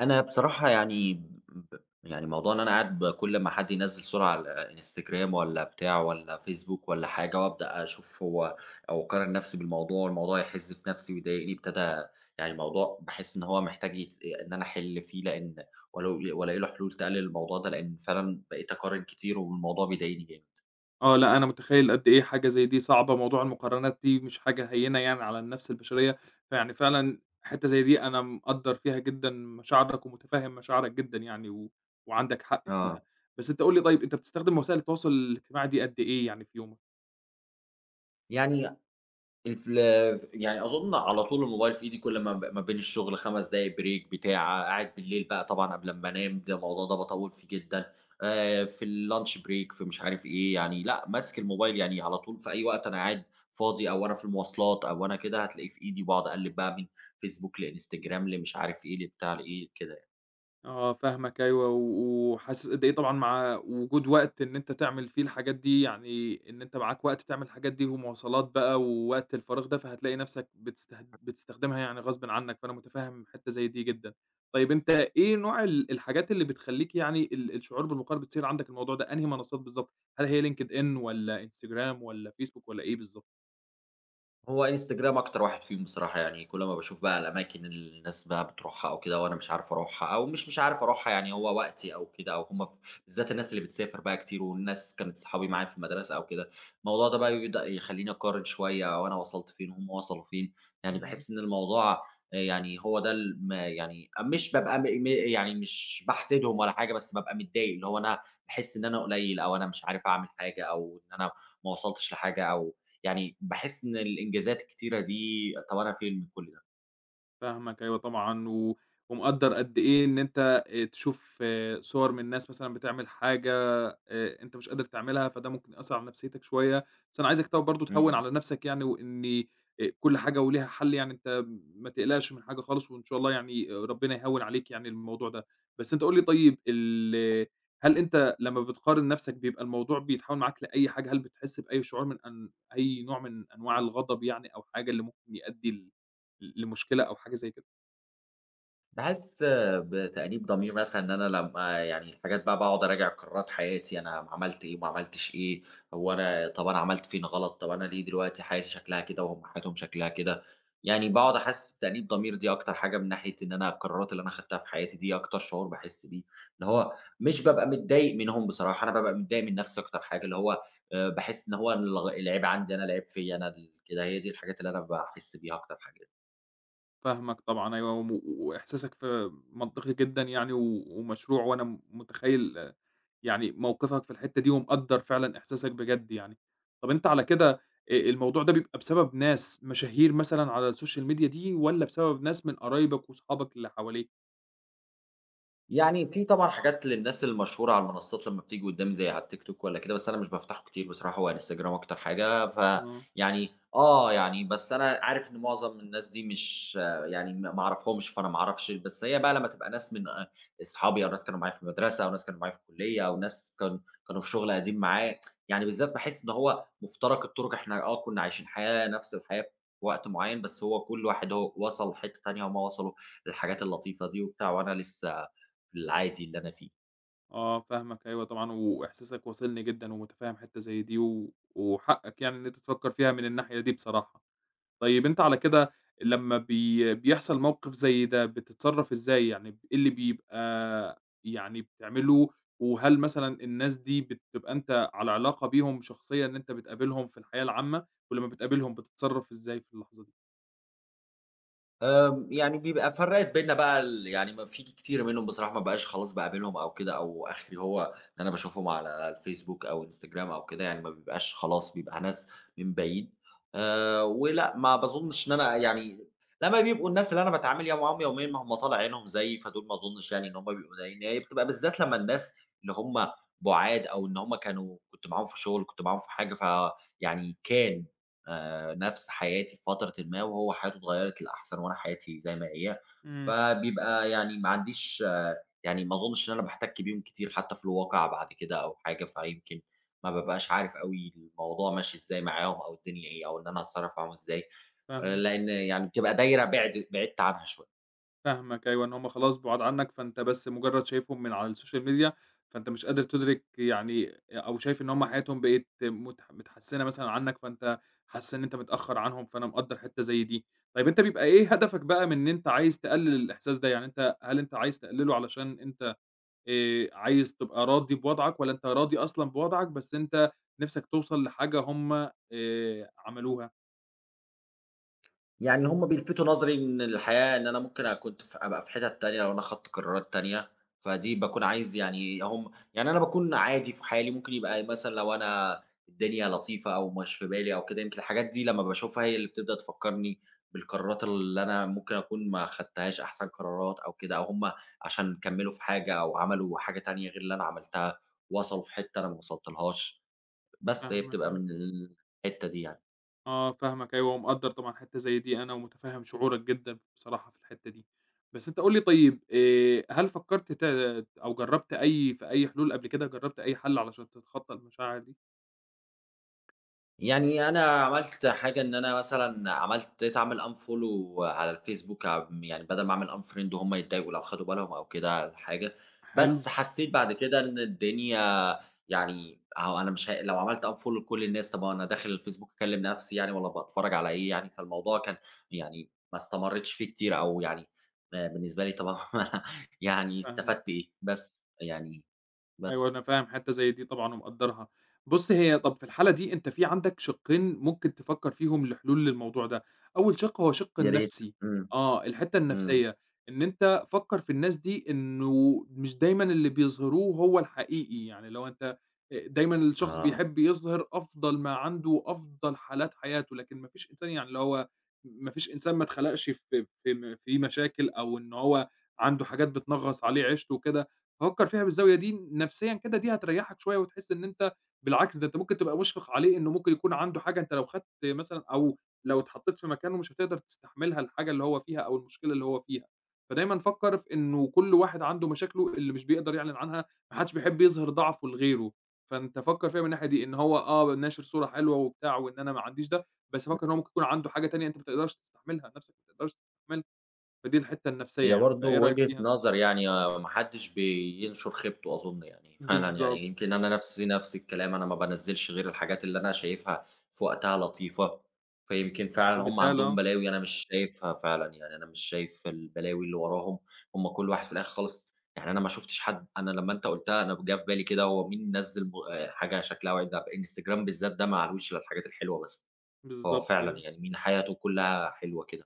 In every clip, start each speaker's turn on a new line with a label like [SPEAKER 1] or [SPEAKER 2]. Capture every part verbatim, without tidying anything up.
[SPEAKER 1] أنا بصراحة يعني ب يعني موضوع إن أنا قاعد ب كل ما حد ينزّل صورة على الInstagram والّا بتاع والّا فيسبوك والّا حاجة، وأبدأ أشوف هو أو أقارن نفسي بالموضوع، والموضوع يحِز في نفسي ويضايقني، ابتدى يعني الموضوع، باحس إن هو محتاج يت إن أنا أحِل فيه، لإن ولو وألاقي له حلول تقلل الموضوع ده، لإن فعلًا بقيت أقارن كتير والموضوع بيضايقني جامد.
[SPEAKER 2] آه، لأ، أنا متخيّل قد إيه حاجة زي دي صعبة، موضوع المقارنات دي مش حاجة هيّنة يعني على النفس البشرية، فيعني فعلًا حتّة زي دي أنا مقدّر فيها جدًا مشاعرك ومتفهّم مشاعرك جدًا يعني و وعندك حق فيها،
[SPEAKER 1] آه.
[SPEAKER 2] بس أنت قُل لي طيب أنت بتستخدم وسائل التواصل الاجتماعي دي قد إيه يعني في يومك؟
[SPEAKER 1] يعني الفل يعني أظن على طول الموبايل في إيدي، كل ما ب ما بين الشغل 5 دقايق بريك بتاع، قاعد بالليل بقى طبعًا قبل أمّا أنام، ده الموضوع ده باطوّل فيه جدًا. آآ في الlunch break، في مش عارف إيه، يعني لأ، ماسك الموبايل يعني على طول في أي وقت أنا قاعد فاضي، أو وأنا في المواصلات أو وأنا كده هتلاقيه في إيدي، وباقعد أقلِّب بقى من فيسبوك لإنستجرام لمش عارف إيه لبتاع لإيه كده.
[SPEAKER 2] آه، فاهمك أيوه، و وحاسس قد إيه طبعًا مع وجود وقت إن أنت تعمل فيه الحاجات دي، يعني إن أنت معاك وقت تعمل الحاجات دي ومواصلات بقى ووقت الفراغ ده، فهتلاقي نَفْسك بتستهد بتستخدمها يعني غصبٍ عنّك، فأنا متفهّم حتّة زي دي جدًا. طيب أنت إيه نوع ال الحاجات اللي بتخلّيك يعني ال الشعور بالمقارنة بتثير عندك الموضوع ده، أنهي منصات بالضبط؟ هل هي LinkedIn والّا Instagram والّا Facebook والّا إيه بالضبط؟
[SPEAKER 1] هو إنستجرام أكتر واحد فيهم بصراحة، يعني كل ما باشوف بقى الأماكن اللي الناس بقى بتروحها أو كده وأنا مش عارف أروحها، أو مش مش عارف أروحها، يعني هو وقتي أو كده، أو هم ف بالذات الناس اللي بتسافر بقى كتير، والناس كانت صحابي معايا في المدرسة أو كده، الموضوع ده بقى بيبدأ يخلّيني أقارن شوية، هو أنا وصلت فين وهم وصلوا فين، يعني
[SPEAKER 2] إمم.
[SPEAKER 1] باحس إن الموضوع، آآ يعني هو ده الم يعني مش بابقى م م يعني مش باحسدهم ولا حاجة، بس بابقى متضايق، اللي هو أنا باحس إن أنا قليل، أو أنا مش عارف أعمل حاجة، أو إن أنا ما وصلتش لحاجة، أو يعني باحس إن الإنجازات الكتيرة دي، طَب أنا فين من كل ده؟
[SPEAKER 2] فاهمك أيوه طبعًا، و ومقدّر قد إيه إن أنت آآ تشوف آه، صور من ناس مثلًا بتعمل حاجة آآ أنت مش قادر تعملها، فده ممكن يأثّر على نفسيتك شوية، بس أنا عايزك طب برضه تهوّن
[SPEAKER 1] إمم.
[SPEAKER 2] على نفسك يعني، وإن آآ كل حاجة وليها حل يعني، أنت ما تقلقش من حاجة خالص، وإن شاء الله يعني آه، ربنا يهوّن عليك يعني الموضوع ده. بس أنت قُل لي طيب ال هل أنت لمّا بتقارن نفسك بيبقى الموضوع بيتحوّل معاك لأي حاجة؟ هل بتحس بأي شعور من أن أي نوع من أنواع الغضب يعني أو حاجة اللي ممكن يؤدي ل ل لمشكلة أو حاجة زي كده.
[SPEAKER 1] باحس بتأنيب ضمير مثلًا، إن أنا لمّا يعني الحاجات بقى باقعد أراجع قرارات حياتي، أنا عملت إيه وما عملتش إيه، هو أنا، طب أنا عملت فين غلط، طب أنا ليه دلوقتي حياتي شكلها كده وهم حياتهم شكلها كده، يعني باقعد أحس بتأنيب ضمير دي أكتر حاجة، من ناحية إن أنا القرارات اللي أنا خدتها في حياتي دي أكتر شعور باحس بيه، اللي هو مش بابقى متضايق منهم بصراحة، أنا بابقى متضايق من نفسي أكتر حاجة، اللي هو آآ باحس إن هو الغ العيب عندي أنا، العيب فيّا أنا ال كده، هي دي الحاجات اللي أنا باحس بيها أكتر حاجة.
[SPEAKER 2] فاهمك طبعًا أيوه، وم وإحساسك ف منطقي جدًا يعني و ومشروع، وأنا م متخيّل آه، يعني موقفك في الحتّة دي ومقدّر فعلًا إحساسك بجد يعني. طَب أنت على كده آآ الموضوع ده بيبقى بسبب ناس مشاهير مثلًا على الSocial Media دي والّا بسبب ناس من قرايبك وصحابك اللي حواليك؟
[SPEAKER 1] يعني في طبعًا حاجات للناس المشهورة على المنصات لمّا بتيجي قدّامي زي على التيك توك والّا كده، بس أنا مش بافتحه كتير بصراحة، هو انستجرام أكتر حاجة،
[SPEAKER 2] آه،
[SPEAKER 1] فيعني آه، يعني بس أنا عارف إن معظم الناس دي مش، آه، يعني ما ما أعرفهمش، فأنا ما أعرفش، بس هي بقى لمّا تبقى ناس من أ أصحابي، أو ناس كانوا معايا في المدرسة، أو ناس كانوا معايا في الكلية، أو ناس كان كانوا في شغل قديم معايا، يعني بالذات باحس إن هو مفترق الطرق، إحنا آه كنا عايشين حياة نفس الحياة في وقت معيّن، بس هو كل واحد هو وصل لحتة تانية، هُم وصلوا للحاجات اللطيفة دي وبتاع، وأنا لسه العادي اللي أنا فيه.
[SPEAKER 2] آه فاهمك أيوه طبعًا، وإحساسك واصلني جدًا ومتفهّم حتّة زي دي و وحقّك يعني إن أنت تفكّر فيها من الناحية دي بصراحة. طيب أنت على كده لمّا بي بيحصل موقف زي ده، بتتصرّف إزاي؟ يعني ب إيه اللي بيبقى يعني بتعمله، وهل مثلًا الناس دي بتبقى أنت على علاقة بيهم شخصية إن أنت بتقابلهم في الحياة العامة، ولمّا بتقابلهم بتتصرّف إزاي في اللحظة دي؟
[SPEAKER 1] آمم، يعني بيبقى فرّقت بيننا بقى، ال يعني ما في كتير منهم بصراحة، ما بقاش خلاص باقابلهم أو كده، أو آخري هو إن أنا باشوفهم على الفيسبوك أو إنستجرام أو كده، يعني ما بيبقاش خلاص، بيبقى ناس من بعيد. آآ، ولأ، ما باظنش إن أنا، يعني لمّا بيبقوا الناس اللي أنا باتعامل يا معاهم يوميًا، ما هم طالع عينهم زيي، فدول ما أظنش يعني إن هم بيبقوا زيّي. إن هي بتبقى بالذات لمّا الناس اللي هم بُعاد، أو إن هم كانوا كنت معاهم في شغل، كنت معاهم في حاجة، فيعني كان آآ نَفْس حياتي في فترةٍ ما، وهو حياته اتغيّرت للأحسن وأنا حياتي زي ما هي،
[SPEAKER 2] إمم،
[SPEAKER 1] فبيبقى يعني ما عنديش، آه، يعني ما أظُنّش إن أنا باحتَك بيهم كتير حتّى في الواقع بعد كده أو حاجة، فيمكن ما بابقاش عارف أوي الموضوع ماشي إزاي معاهم أو الدنيا إيه أو إن أنا هاتصرّف معاهم إزاي، آآ
[SPEAKER 2] فاهمك.
[SPEAKER 1] لإن يعني بتبقى دايرة بِعد بعِدت عنها شوية.
[SPEAKER 2] فاهمك أيوه، إن هُم خلاص بُعاد عنك، فأنت بس مجرد شايفهم من على السوشيال ميديا، فأنت مش قادر تُدرك يعني أو شايف إن هُم حياتهم بقِت متح متحسنة مثلًا عنك، فأنت حاسس إن أنت متأخر عنهم، فأنا مقدّر حتة زي دي. طيب أنت بيبقى إيه هدفك بقى من إن أنت عايز تقلل الإحساس ده؟ يعني أنت هل أنت عايز تقلله علشان أنت آآ، عايز تبقى راضي بوضعك، والّا أنت راضي أصلًا بوضعك بس أنت نِفسك توصل لحاجة هُم آآ، عملوها؟
[SPEAKER 1] يعني هم بيلفتوا نظري إن الحياة، إن أنا ممكن أ كنت ف أبقى في حتت تانية لو أنا خدت قرارات تانية، فدي باكون عايز، يعني هم، يعني أنا باكون عادي في حالي، ممكن يبقى مثلًا لو أنا الدنيا لطيفة أو مش في بالي أو كده، يمكن الحاجات دي لمّا باشوفها هي اللي بتبدأ تفكّرني بالقرارات اللي أنا ممكن أكون ما خدتهاش أحسن قرارات أو كده، أو هم عشان كمّلوا في حاجة أو عملوا حاجة تانية غير اللي أنا عملتها، وصلوا في حتة أنا ما وصلتلهاش، بس هي
[SPEAKER 2] فاهمك
[SPEAKER 1] بتبقى
[SPEAKER 2] أيوه.
[SPEAKER 1] من الحتة دي يعني.
[SPEAKER 2] آه، فاهمك أيوه، ومقدّر طبعًا حتّة زي دي أنا ومُتفهِّم شعورك جدًا بصراحة في الحتّة دي. بس أنت قُل لي طيب آآ، هل فكّرت ت أو جرّبت أي في أي حلول قبل كده، جرّبت أي حَل علشان تتخطّى المشاعر دي؟
[SPEAKER 1] يعني أنا عملت حاجة، إن أنا مثلًا عملت ابتديت أعمل unfollow على الفيسبوك، عم يعني بدل ما أعمل unfriend وهُم يتضايقوا لو خدوا بالهم أو كده الحاجة،
[SPEAKER 2] حلو،
[SPEAKER 1] بس حسيت بعد كده إن الدنيا، يعني أهو أنا مش ه لو عملت unfollow لكل الناس، طب ما هو أنا داخل الفيسبوك أكلّم نفسي يعني، والّا باتفرج على إيه يعني، فالموضوع كان يعني ما استمرتش فيه كتير، أو يعني آآ بالنسبة لي طب يعني
[SPEAKER 2] فاهمك.
[SPEAKER 1] استفدت إيه؟ بس يعني.
[SPEAKER 2] أيوه
[SPEAKER 1] بس.
[SPEAKER 2] أنا فاهم حتّة زي دي طبعًا ومقدّرها. بُص هي طَب في الحالة دي أنت في عندك شِقّين ممكن تفكّر فيهم لحلول للموضوع ده، أول شِق هو شِق
[SPEAKER 1] يا ريت.
[SPEAKER 2] النَفْسي،
[SPEAKER 1] إمم.
[SPEAKER 2] آه، الحتّة
[SPEAKER 1] إمم.
[SPEAKER 2] النَفْسية، إن أنت فكّر في الناس دي إنه مش دايمًا اللي بيظهروه هو الحقيقي، يعني لو أنت أ دايمًا الشخص
[SPEAKER 1] آه.
[SPEAKER 2] بيحب يظهر أفضل ما عنده وأفضل حالات حياته، لكن ما فيش إنسان يعني اللي هو ما فيش إنسان ما اتخلقش في في م فيه مشاكل أو إن هو عنده حاجات بتنغّص عليه عيشته وكده. فكّر فيها بالزاوية دي نفسيًا كده، دي هتريّحك شوية وتحس إن أنت بالعكس، ده أنت ممكن تبقى مُشفِق عليه إنه ممكن يكون عنده حاجة أنت لو خدت مثلًا أو لو اتحطّيت في مكانه مش هتقدر تستحملها الحاجة اللي هو فيها أو المشكلة اللي هو فيها، فدايمًا فكّر في إنه كل واحد عنده مشاكله اللي مش بيقدر يعلن عنها، ما حدّش بيحب يظهِر ضعفه لغيره، فأنت فكّر فيها من الناحية دي، إن هو آه ناشر صورة حلوة وبتاع وإن أنا ما عنديش ده، بس فكّر إن هو ممكن يكون عنده حاجة تانية أنت ما تقدرش تستحملها، نَفْسك ما تقدرش تستحملها، فدي الحتّة النفسية
[SPEAKER 1] هي
[SPEAKER 2] يعني،
[SPEAKER 1] برضه
[SPEAKER 2] فإيه رأيك
[SPEAKER 1] وجهة
[SPEAKER 2] فيها؟
[SPEAKER 1] نظر يعني، آه، ما حدش بينشر خيبته أظن يعني فعلًا، يعني
[SPEAKER 2] بالضبط،
[SPEAKER 1] يمكن أنا نفسي نفس الكلام، أنا ما بانزّلش غير الحاجات اللي أنا شايفها في وقتها لطيفة، فيمكن فعلًا
[SPEAKER 2] أهو
[SPEAKER 1] هم
[SPEAKER 2] مثال
[SPEAKER 1] عندهم
[SPEAKER 2] آه.
[SPEAKER 1] بلاوي أنا مش شايفها فعلًا، يعني أنا مش شايف البلاوي اللي وراهم، هم كل واحد في الآخر خالص، يعني أنا ما شُفتش حد، أنا لمّا أنت قُلتها أنا جه في بالي كده هو مين نزّل م آآ حاجة شكلها وِحِش، ده الإنستجرام بالذات ده ما علوش إلا الحاجات الحلوة بس، هو
[SPEAKER 2] بالضبط
[SPEAKER 1] فعلًا
[SPEAKER 2] أيوه.
[SPEAKER 1] يعني مين حياته كلّها حلوة كده.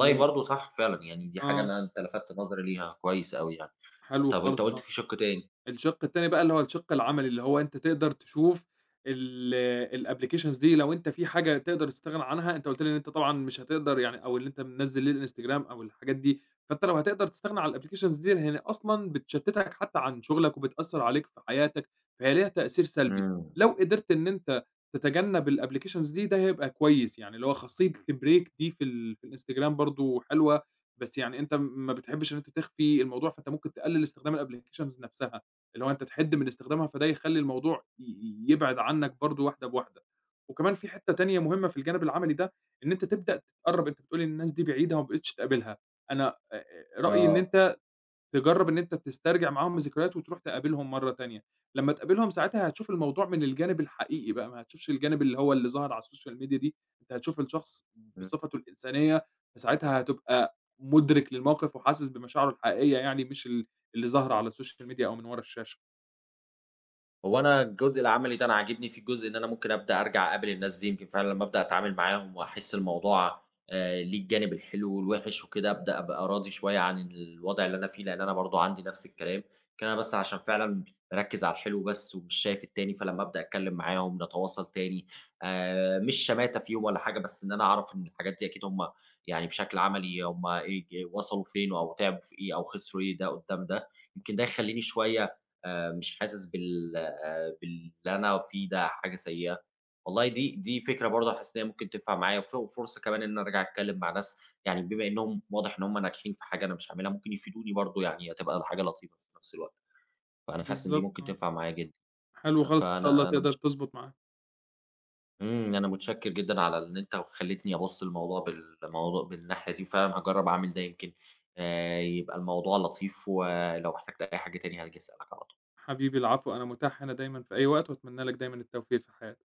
[SPEAKER 2] و
[SPEAKER 1] برضه صح فعلًا، يعني دي حاجة
[SPEAKER 2] آه،
[SPEAKER 1] أنا أنت لفتت نظري ليها كويس أوي يعني.
[SPEAKER 2] حلو
[SPEAKER 1] طَب أنت
[SPEAKER 2] خالص،
[SPEAKER 1] قُلت
[SPEAKER 2] آه.
[SPEAKER 1] في شِق تاني.
[SPEAKER 2] الشِق التاني بقى اللي هو الشِق العملي، اللي هو أنت تقدر تشوف ال الapplications دي لو أنت في حاجة تقدر تستغنى عنها، أنت قُلت لي إن أنت طبعًا مش هتقدر يعني أو اللي أنت منزّل ليه الإنستجرام أو الحاجات دي، فأنت لو هتقدر تستغنى عن الapplications دي لإن هي أصلًا بتشتِّتك حتى عن شُغلك وبتأثّر عليك في حياتك، فهي ليها تأثير سلبي.
[SPEAKER 1] إمم.
[SPEAKER 2] لو قدرت إن أنت تتجنّب الapplications دي، ده هيبقى كويس، يعني اللي هو خاصية الbreak دي في ال في الإنستجرام برضه حلوة، بس يعني أنت ما بتحبّش إن أنت تخفي الموضوع، فأنت ممكن تقلِّل استخدام الapplications نَفْسها. اللي هو أنت تحِد من استخدامها، فده يخلّي الموضوع ي ي يبعد عنّك برضه واحدة بواحدة. وكمان في حتّة تانية مهمة في الجانب العملي ده، إن أنت تبدأ تتقرّب، أنت بتقول الناس دي بعيدة وما بقيتش تقابلها، أنا آآ رأيي إن
[SPEAKER 1] آه.
[SPEAKER 2] أنت تجرّب إن أنت تسترجع معاهم الذكريات وتروح تقابلهم مرّة تانية، لمّا تقابلهم ساعتها هتشوف الموضوع من الجانب الحقيقي بقى، ما هتشوفش الجانب اللي هو اللي ظهر على السوشيال ميديا دي، أنت هتشوف الشخص بصفته الإنسانية، فساعتها هتبقى مُدرك للموقف وحاسس بمشاعره الحقيقية يعني، مش ال اللي ظاهرة على السوشيال ميديا أو من ورا الشاشة.
[SPEAKER 1] هو أنا الجزء العملي ده أنا عاجبني فيه الجزء إن أنا ممكن أبدأ أرجع أقابل الناس دي، يمكن فعلًا لمّا أبدأ أتعامل معاهم وأحس الموضوع آآ ليه الجانب الحلو والوِحِش وكده، أبدأ أبقى راضي شوية عن الوضع اللي أنا فيه، لإن أنا برضه عندي نفس الكلام، يمكن أنا بس عشان فعلًا مركّز على الحلو بس ومش شايف التاني، فلمّا أبدأ أتكلّم معاهم نتواصل تاني، آآ مش شماتة فيهم ولا حاجة، بس إن أنا أعرف إن الحاجات دي أكيد هم، يعني بشكل عملي هم إيه ج وصلوا فين أو تعبوا في إيه أو خسروا إيه ده قدّام ده، يمكن ده يخلّيني شوية آآ مش حاسس بال آآ باللي أنا فيه ده حاجة سيئة، والله دي دي فكرة برضه أنا حاسس إن هي ممكن تنفع معايا، وف وفرصة كمان إن أنا أرجع أتكلم مع ناس يعني بما إنهم واضح إن هم ناجحين في حاجة أنا مش هاعملها، ممكن يفيدوني برضه يعني هتبقى حاجة لطيفة في نفس الوقت، فأنا حاسس إن دي
[SPEAKER 2] بالضبط
[SPEAKER 1] ممكن
[SPEAKER 2] آه،
[SPEAKER 1] تنفع معايا جدًا.
[SPEAKER 2] حلو خالص إن شاء الله
[SPEAKER 1] فأنا أنا
[SPEAKER 2] تقدر
[SPEAKER 1] متش
[SPEAKER 2] تضبط معاك،
[SPEAKER 1] إمم، أنا متشكر جدًا على إن أنت خلّيتني أبُص للموضوع بالموضوع بالناحية دي، وفعلًا هاجرّب أعمل ده يمكن آآ يبقى الموضوع لطيف، ولو احتجت أي حاجة تاني هاجي أسألك على طول.
[SPEAKER 2] حبيبي العفو أنا متاح هنا دايمًا في أي وقت، وأتمنى لك دايمًا التوفيق في حياتك.